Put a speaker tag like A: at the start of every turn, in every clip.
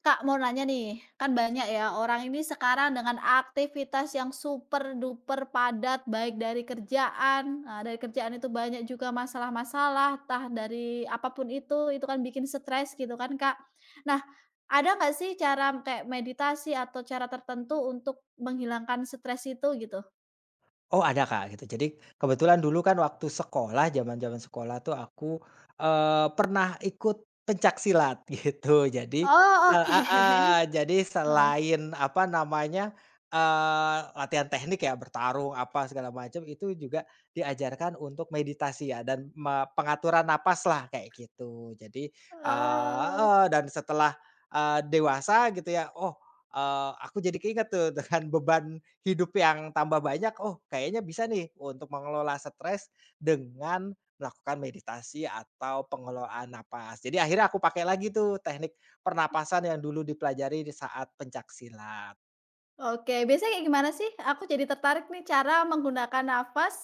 A: Kak, mau nanya nih, kan banyak ya orang ini sekarang dengan aktivitas yang super duper padat, baik dari kerjaan, nah, dari kerjaan itu banyak juga masalah-masalah, tah dari apapun itu kan bikin stres gitu kan Kak. Nah, ada nggak sih cara kayak meditasi atau cara tertentu untuk menghilangkan stres itu gitu?
B: Oh ada, Kak, gitu. Jadi kebetulan dulu kan waktu sekolah, zaman-zaman sekolah tuh aku, pernah ikut pencaksilat gitu. Jadi
A: Oh,
B: heeh,
A: oke.
B: jadi
A: Heeh.
B: selain apa namanya, latihan teknik ya bertarung apa segala macam itu juga diajarkan untuk meditasi ya dan pengaturan napas lah kayak gitu. Jadi,
A: Oh.
B: heeh, dan setelah, dewasa gitu ya, oh, aku jadi keinget tuh dengan beban hidup yang tambah banyak, oh kayaknya bisa nih untuk mengelola stres dengan melakukan meditasi atau pengelolaan napas. Jadi akhirnya aku pakai lagi tuh teknik pernapasan yang dulu dipelajari di saat pencaksilat.
A: Oke, biasanya kayak gimana sih? Aku jadi tertarik nih cara menggunakan nafas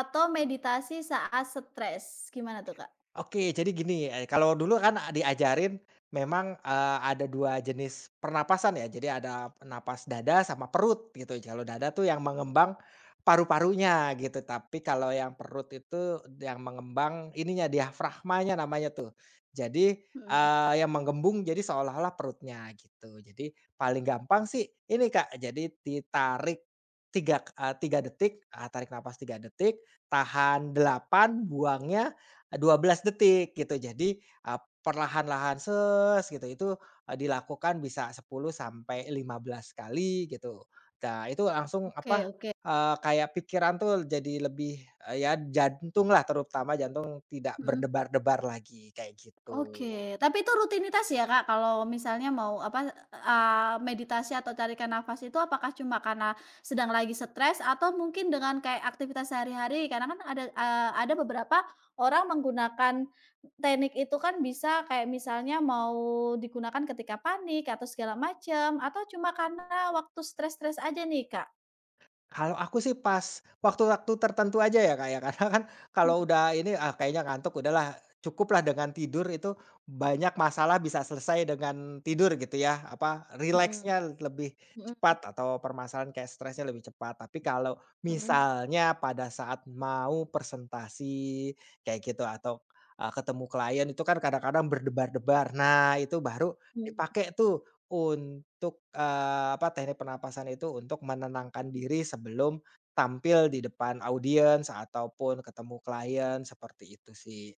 A: atau meditasi saat stres. Gimana tuh, Kak?
B: Oke, jadi gini, kalau dulu kan diajarin memang, ada 2 jenis pernapasan ya, jadi ada napas dada sama perut gitu. Kalau dada tuh yang mengembang paru-parunya gitu, tapi kalau yang perut itu yang mengembang ininya, diafragmanya namanya tuh. Jadi,
A: Mhm,
B: yang menggembung jadi seolah-olah perutnya gitu. Jadi paling gampang sih ini, Kak, jadi ditarik 3 detik, tarik napas 3 detik, tahan 8, buangnya 12 detik gitu. Jadi, perlahan-lahan ses gitu itu, dilakukan bisa 10 sampai 15 kali gitu. Nah itu langsung
A: oke
B: apa,
A: oke.
B: kayak pikiran tuh jadi lebih, ya jantung lah terutama jantung tidak
A: Mhm.
B: berdebar-debar lagi, kayak gitu.
A: Oke, tapi itu rutinitas ya, Kak, kalau misalnya mau apa, meditasi atau tarikan nafas itu apakah cuma karena sedang lagi stres atau mungkin dengan kayak aktivitas sehari-hari? Karena kan ada, ada beberapa orang menggunakan teknik itu kan bisa kayak misalnya mau digunakan ketika panik atau segala macam, atau cuma karena waktu stres-stres aja nih, Kak?
B: Kalau aku sih pas waktu-waktu tertentu aja ya, Kak, ya. Karena kan
A: Mhm
B: kalau udah ini, ah, kayaknya ngantuk udahlah, cukuplah dengan tidur itu banyak masalah bisa selesai dengan tidur gitu ya, apa,
A: mhm
B: rileksnya lebih
A: mhm
B: cepat atau permasalahan kayak stresnya lebih cepat. Tapi kalau
A: mhm,
B: misalnya pada saat mau presentasi kayak gitu atau, ketemu klien itu kan kadang-kadang berdebar-debar. Nah, itu baru
A: mmm.
B: dipakai tuh untuk, apa, teknik pernapasan itu untuk menenangkan diri sebelum tampil di depan audiens ataupun ketemu klien, seperti itu sih.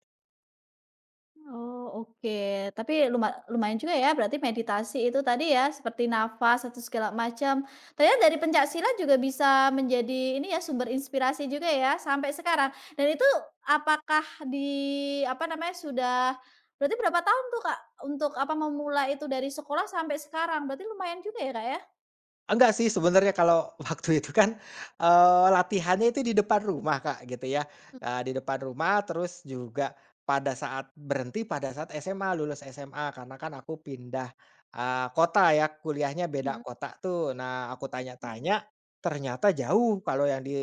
A: Oh, oke. Tapi lumayan juga ya berarti meditasi itu tadi ya, seperti nafas atau segala macam. Ternyata dari pencaksilat juga bisa menjadi ini ya, sumber inspirasi juga ya sampai sekarang. Dan itu apakah di apa namanya, sudah berarti berapa tahun tuh, Kak, untuk apa, memulai itu dari sekolah sampai sekarang? Berarti lumayan juga ya, Kak, ya?
B: Enggak sih sebenarnya kalau waktu itu kan, latihannya itu di depan rumah, Kak, gitu ya, di depan rumah terus juga pada saat berhenti pada saat SMA, lulus SMA karena kan aku pindah, kota ya kuliahnya beda
A: Mhm
B: kota tuh. Nah aku
A: mhm.
B: tanya-tanya ternyata jauh kalau yang di,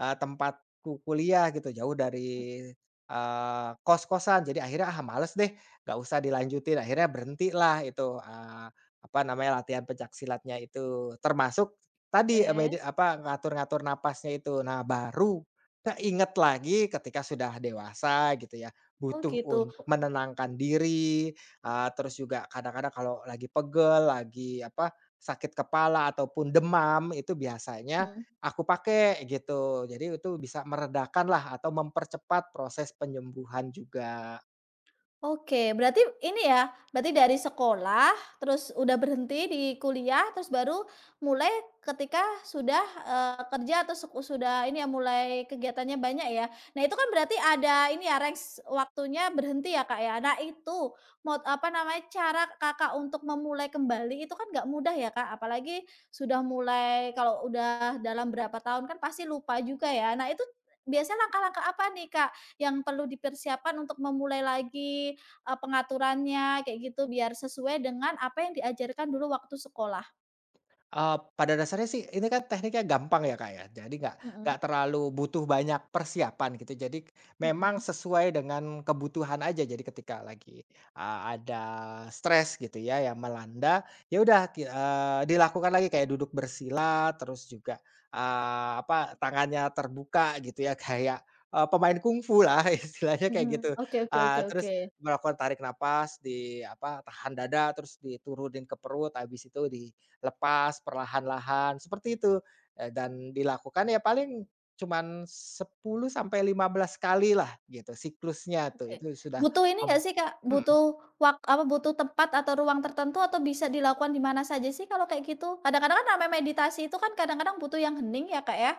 B: tempatku kuliah gitu jauh dari, kos-kosan jadi akhirnya, "Ah males deh nggak usah dilanjutin," akhirnya berhentilah itu, eh, apa namanya, latihan pencaksilatnya itu, termasuk tadi, medi
A: Oke.
B: apa, ngatur-ngatur napasnya itu. Nah, baru keinget lagi ketika sudah dewasa gitu ya,
A: Oh,
B: butuh
A: gitu.
B: untuk menenangkan diri, terus juga kadang-kadang kalau lagi pegel, lagi apa, sakit kepala ataupun demam, itu biasanya
A: Mhm.
B: aku pakai gitu. Jadi itu bisa meredakan lah atau mempercepat proses penyembuhan juga.
A: Oke, berarti ini ya, berarti dari sekolah, terus udah berhenti di kuliah, terus baru mulai ketika sudah, kerja atau sudah ini ya, mulai kegiatannya banyak ya. Nah, itu kan berarti ada ini ya, range waktunya berhenti ya, Kak, ya. Nah, itu apa namanya, cara Kakak untuk memulai kembali itu kan nggak mudah ya, Kak, apalagi sudah mulai kalau udah dalam berapa tahun kan pasti lupa juga ya. Nah, itu biasanya langkah-langkah apa nih, Kak, yang perlu dipersiapkan untuk memulai lagi? Pengaturannya kayak gitu biar sesuai dengan apa yang diajarkan dulu waktu sekolah.
B: Pada dasarnya sih ini kan tekniknya gampang ya, Kak, ya. Jadi nggak
A: Mhm
B: nggak terlalu butuh banyak persiapan gitu. Jadi memang
A: mhm
B: sesuai dengan kebutuhan aja. Jadi ketika lagi, ada stres gitu ya yang melanda, ya udah dilakukan lagi kayak duduk bersila, terus juga, apa, tangannya terbuka gitu ya kayak, pemain kungfu lah istilahnya
A: mhm,
B: kayak gitu.
A: oke oke oke
B: Terus
A: oke.
B: melakukan tarik nafas di apa, tahan dada, terus diturunin ke perut, habis itu di lepas perlahan-lahan, seperti itu. Dan dilakukan ya paling cuman 10 sampai 15 kali lah gitu, siklusnya tuh,
A: Oke.
B: itu sudah,
A: Butuh ini
B: mmm,
A: nggak sih, Kak,
B: mhm.
A: butuh apa, butuh tempat atau ruang tertentu atau bisa dilakukan di mana saja sih kalau kayak gitu? Kadang-kadang kan namanya meditasi itu kan kadang-kadang butuh yang hening ya, Kak, ya.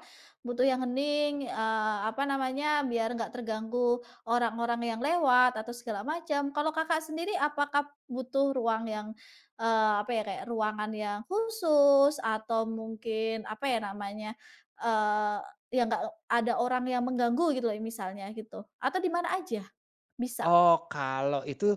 A: Butuh yang hening, apa namanya, biar nggak terganggu orang-orang yang lewat atau segala macam. Kalau Kakak sendiri apakah butuh ruang yang, apa ya, kayak ruangan yang khusus atau mungkin apa ya namanya, eee, yang nggak ada orang yang mengganggu gitu loh misalnya gitu, atau di mana aja? Bisa?
B: Oh, kalau itu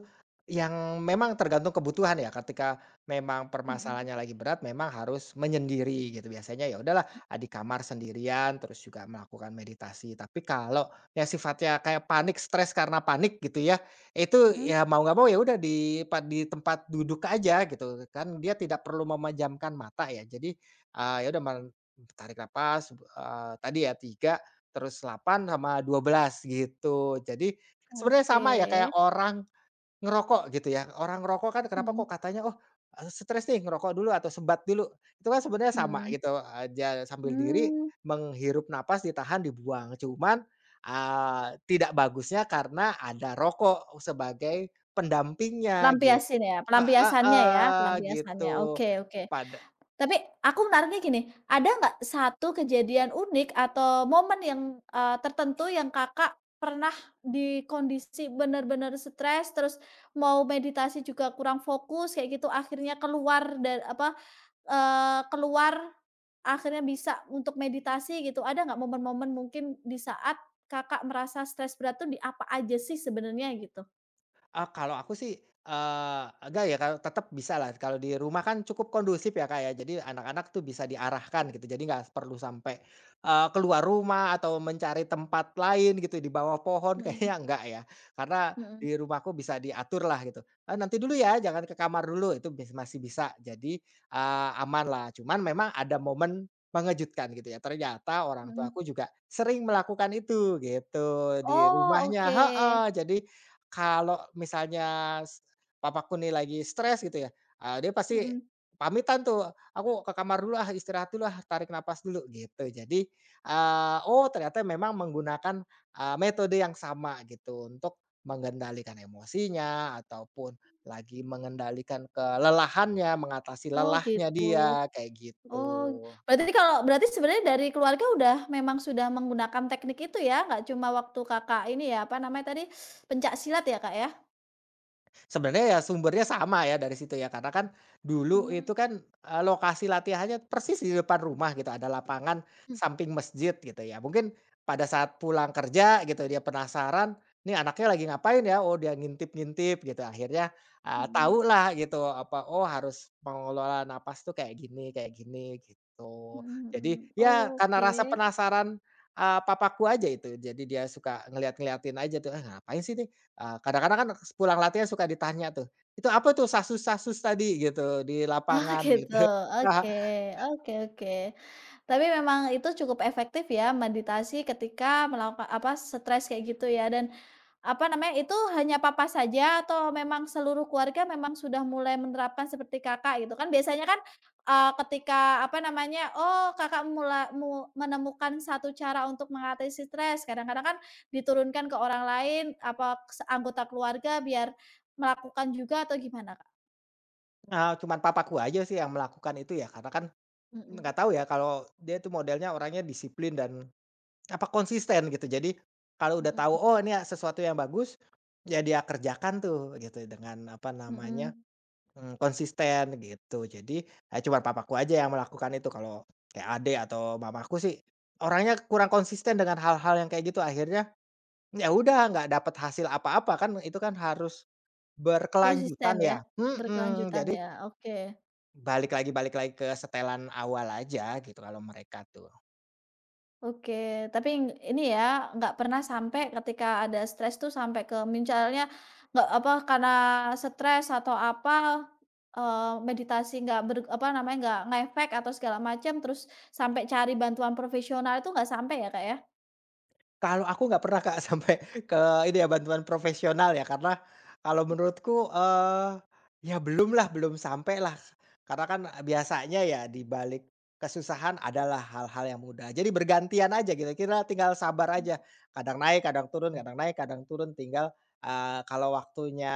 B: yang memang tergantung kebutuhan ya, ketika memang
A: Mhm
B: permasalahannya lagi berat memang harus menyendiri gitu, biasanya ya udahlah, di kamar sendirian, terus juga melakukan meditasi. Tapi kalau yang sifatnya kayak panik, stres karena panik gitu ya, itu
A: mhm.
B: ya mau nggak mau ya udah di tempat duduk aja gitu, kan dia tidak perlu memejamkan mata ya. Jadi, ya udah tarik napas, tadi ya 3, terus 8 sama 12 gitu. Jadi, sebenarnya
A: Oke.
B: sama ya kayak orang ngerokok gitu ya. Orang ngerokok kan kenapa kok
A: Mhm
B: katanya, "Oh, stres nih ngerokok dulu atau sebat dulu." Itu kan sebenarnya sama
A: mhm.
B: gitu, aja sambil diri
A: Mmm,
B: menghirup napas, ditahan, dibuang. Cuman, tidak bagusnya karena ada rokok sebagai pendampingnya gitu
A: pelampiasin ya
B: heeh
A: pelampiasannya,
B: gitu.
A: oke oke.
B: Pada
A: Tapi aku menariknya gini, ada nggak satu kejadian unik atau momen yang, tertentu yang Kakak pernah di kondisi bener-bener stres, terus mau meditasi juga kurang fokus kayak gitu, akhirnya keluar apa, keluar, akhirnya bisa untuk meditasi gitu, ada nggak momen-momen mungkin di saat Kakak merasa stres berat tuh di apa aja sih sebenarnya gitu?
B: ah kalau aku sih, enggak ya kalau tetap bisa lah. Kalau di rumah kan cukup kondusif ya, Kak, ya. Jadi anak-anak tuh bisa diarahkan gitu, jadi nggak perlu sampai, keluar rumah atau mencari tempat lain gitu di bawah pohon
A: Mhm,
B: kayaknya enggak ya. Karena
A: mhm,
B: di rumahku bisa diatur lah gitu, "Eee, nanti dulu ya, jangan ke kamar dulu." Itu bis masih bisa. Jadi, aman lah. Cuman memang ada momen mengejutkan gitu ya. Ternyata orang tuaku
A: mhm.
B: juga sering melakukan itu gitu di
A: Oh
B: rumahnya
A: oke,
B: heeh. Jadi kalau misalnya papaku nih lagi stres gitu ya, dia pasti
A: mhm.
B: pamitan tuh, "Aku ke kamar dulu ah, istirahat dulu ah, tarik napas dulu," gitu. Jadi, oh ternyata memang menggunakan, metode yang sama gitu untuk mengendalikan emosinya ataupun lagi mengendalikan kelelahannya, mengatasi
A: Oh
B: lelahnya
A: gitu.
B: dia, kayak
A: Oh,
B: gitu.
A: berarti kalau berarti sebenarnya dari keluarga udah memang sudah menggunakan teknik itu ya, nggak cuma waktu Kakak ini ya, apa namanya tadi, pencaksilat ya, Kak, ya?
B: Sebenarnya ya sumbernya sama ya dari situ ya, karena kan dulu
A: Mhm,
B: itu kan, lokasi latihannya persis di depan rumah gitu, ada lapangan
A: mhm,
B: samping masjid gitu ya. Mungkin pada saat pulang kerja gitu dia penasaran, "Nih anaknya lagi ngapain ya?" Oh dia ngintip-ngintip gitu, akhirnya, eee,
A: mhm
B: lah gitu apa, oh harus mengelola napas tuh kayak gini gitu.
A: mhm
B: Jadi
A: mhm.
B: ya karena
A: Oke.
B: rasa penasaran, papaku aja itu, jadi dia suka ngeliat-ngeliatin aja tuh, "Eh ngapain sih ini kadang-kadang kan pulang latihan suka ditanya tuh, 'Itu apa tuh sasus-sasus tadi?'" Gitu, di
A: Oh
B: lapangan
A: gitu,
B: gitu.
A: oke oke oke. Tapi memang itu cukup efektif ya meditasi ketika melakukan apa, stres kayak gitu ya dan apa namanya, itu hanya Papa saja atau memang seluruh keluarga memang sudah mulai menerapkan seperti Kakak gitu kan? Biasanya kan, ketika apa namanya, oh Kakak mulai menemukan satu cara untuk mengatasi stres kadang-kadang kan diturunkan ke orang lain apa se anggota keluarga biar melakukan juga atau gimana Kak?
B: Nah nah, cuman papaku aja sih yang melakukan itu ya, karena kan
A: Mhm
B: nggak tahu ya kalau dia tuh modelnya orangnya disiplin dan apa, konsisten gitu. Jadi kalau udah tahu,
A: mhm
B: oh ini sesuatu yang bagus, ya dia kerjakan tuh gitu dengan apa namanya,
A: mhm.
B: mmm, konsisten gitu. Jadi, ya cuman papaku aja yang melakukan itu, kalau kayak adik atau mamaku sih orangnya kurang konsisten dengan hal-hal yang kayak gitu, akhirnya ya udah, nggak dapat hasil apa-apa kan itu kan harus berkelanjutan
A: Konsisten
B: ya,
A: ya,
B: mhm,
A: berkelanjutan
B: jadi
A: ya, oke
B: balik lagi ke setelan awal aja gitu kalau mereka tuh.
A: oke. Tapi ini ya, nggak pernah sampai ketika ada stres tuh sampai ke misalnya nggak apa, karena stres atau apa, eee, meditasi nggak apa namanya, nggak ngefek atau segala macam, terus sampai cari bantuan profesional itu nggak sampai ya, Kak, ya?
B: Kalau aku nggak pernah, Kak, sampai ke ini ya bantuan profesional ya karena kalau menurutku, ya belumlah, belum sampai lah. Karena kan eh, biasanya ya di balik kesusahan adalah hal-hal yang mudah. Jadi bergantian aja gitu, kira-kira tinggal sabar aja. Kadang naik, kadang turun, kadang naik, kadang turun. Tinggal, kalau waktunya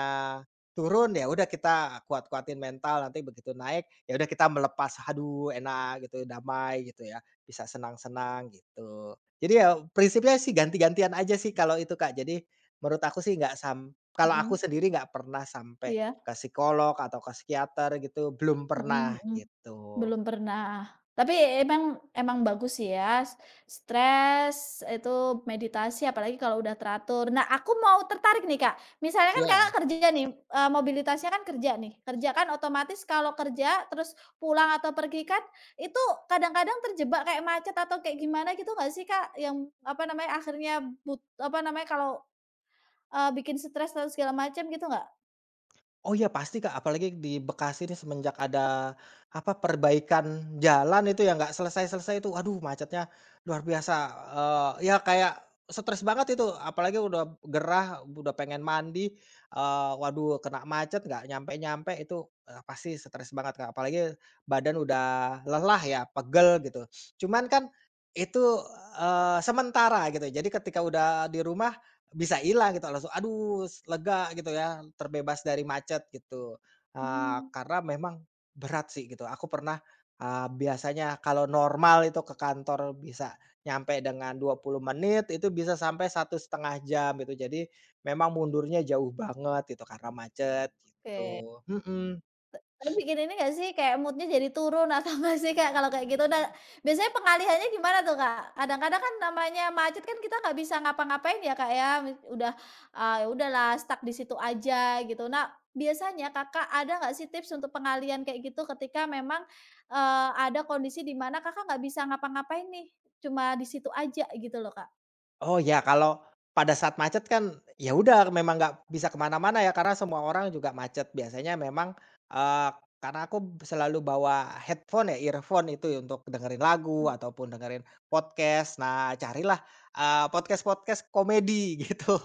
B: turun ya udah kita kuat-kuatin mental, nanti begitu naik ya udah kita melepas, "Haduh enak," gitu, damai gitu ya, bisa senang-senang gitu. Jadi ya prinsipnya sih ganti-gantian aja sih kalau itu, Kak. Jadi menurut aku sih nggak sam kalau aku
A: Mhm,
B: sendiri nggak pernah sampai
A: iya,
B: ke psikolog atau ke psikiater gitu, belum pernah
A: mhm mhm.
B: gitu.
A: Belum pernah, tapi emang emang bagus sih ya, stres itu meditasi apalagi kalau udah teratur. Nah aku mau tertarik nih Kak, misalnya kan
B: Iya.
A: Kakak kerja nih, mobilitasnya kan kerja nih, kerja kan otomatis kalau kerja terus pulang atau pergi kan itu kadang-kadang terjebak kayak macet atau kayak gimana gitu nggak sih Kak? Yang apa namanya, akhirnya apa namanya, kalau, bikin stres atau segala macam gitu nggak?
B: Oh iya pasti, Kak, apalagi di Bekasi ini semenjak ada, apa, perbaikan jalan itu yang nggak selesai-selesai itu, aduh macetnya luar biasa, ya kayak stres banget itu, apalagi udah gerah, udah pengen mandi, waduh kena macet nggak nyampe-nyampe itu, pasti stres banget, Kak, apalagi badan udah lelah ya, pegel gitu. Cuman kan itu, sementara gitu, jadi ketika udah di rumah bisa hilang gitu langsung, aduh lega gitu ya, terbebas dari macet gitu.
A: Mmm,
B: Karena memang berat sih gitu, aku pernah, biasanya kalau normal itu ke kantor bisa nyampe dengan 20 menit, itu bisa sampai 1,5 jam gitu. Jadi memang mundurnya jauh banget gitu karena macet
A: oke.
B: gitu, mhm.
A: Tapi bikin ini nggak sih, kayak mood-nya jadi turun atau nggak sih, Kak, kalau kayak gitu? Nah, biasanya pengalihannya gimana tuh, Kak? Kadang-kadang kan namanya macet kan kita nggak bisa ngapa-ngapain ya, Kak, ya, udah, ya udahlah stuck di situ aja gitu. Nah, biasanya Kakak ada nggak sih tips untuk pengalian kayak gitu ketika memang, ada kondisi di mana Kakak nggak bisa ngapa-ngapain nih, cuma di situ aja gitu loh, Kak?
B: Oh ya, kalau pada saat macet kan ya udah memang nggak bisa kemana-mana ya karena semua orang juga macet. Biasanya memang, eee, karena aku selalu bawa headphone ya, earphone itu ya untuk dengerin
A: Mmm,
B: lagu
A: mhm.
B: ataupun dengerin podcast. Nah carilah, podcast-podcast komedi gitu.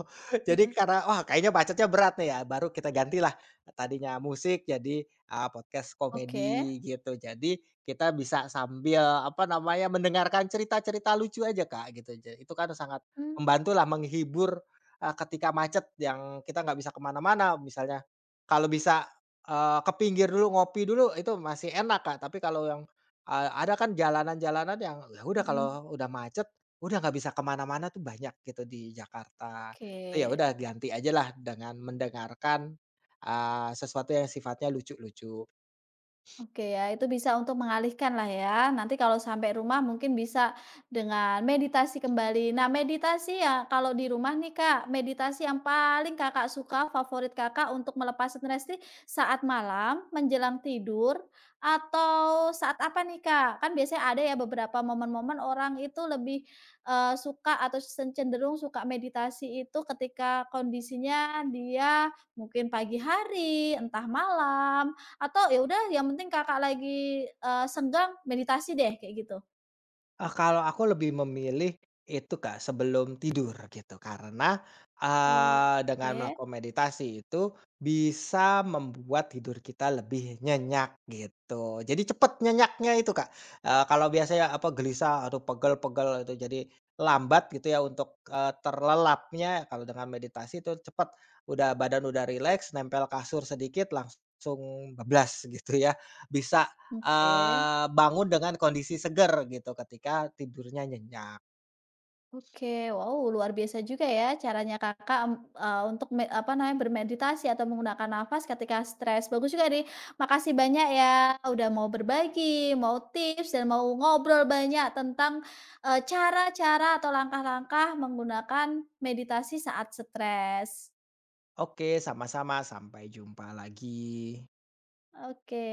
B: Jadi
A: Mhm,
B: karena, wah kayaknya macetnya berat nih ya, baru kita gantilah tadinya musik jadi, podcast
A: oke.
B: komedi gitu. Jadi kita bisa sambil, apa namanya, mendengarkan cerita-cerita lucu aja, Kak, gitu. Ja itu kan sangat
A: Mmm,
B: membantulah menghibur, ketika macet yang kita nggak bisa kemana mana misalnya. Kalau bisa, ke pinggir dulu ngopi dulu itu masih enak, Kak, tapi kalau yang, ada kan jalanan-jalanan yang ya udah
A: mhm.
B: kalau udah macet, udah nggak bisa kemana mana-mana tuh banyak gitu di Jakarta.
A: Oke.
B: Itu ya udah ganti ajalah dengan mendengarkan, sesuatu yang sifatnya lucu-lucu.
A: Oke ya, itu bisa untuk mengalihkan lah ya. Nanti kalau sampai rumah mungkin bisa dengan meditasi kembali. Nah, meditasi ya kalau di rumah nih Kak, meditasi yang paling Kakak suka, favorit Kakak untuk melepas stres nih saat malam menjelang tidur atau saat apa nih Kak? Kan biasanya ada ya beberapa momen-momen orang itu lebih suka atau cenderung suka meditasi itu ketika kondisinya dia mungkin pagi hari, entah malam atau ya udah yang penting Kakak lagi, senggang meditasi deh kayak gitu?
B: Kalau aku lebih memilih itu, Kak, sebelum tidur gitu karena, dengan
A: Oke
B: melakukan meditasi itu bisa membuat tidur kita lebih nyenyak gitu. Jadi cepet nyenyaknya itu, Kak. Kalau biasanya apa gelisah, atau pegel-pegel itu jadi lambat gitu ya untuk, terlelapnya kalau dengan meditasi itu cepet, udah badan udah rileks nempel kasur sedikit langsung bablas gitu ya. Bisa
A: oke
B: Bangun dengan kondisi seger gitu ketika tidurnya nyenyak.
A: oke. Wow, luar biasa juga ya caranya Kakak, mmm, untuk apa namanya, bermeditasi atau menggunakan nafas ketika stres. Bagus juga nih. Makasih banyak ya udah mau berbagi, mau tips, dan mau ngobrol banyak tentang, cara-cara atau langkah-langkah menggunakan meditasi saat stres.
B: Oke, sama-sama, sampai jumpa lagi.
A: Oke.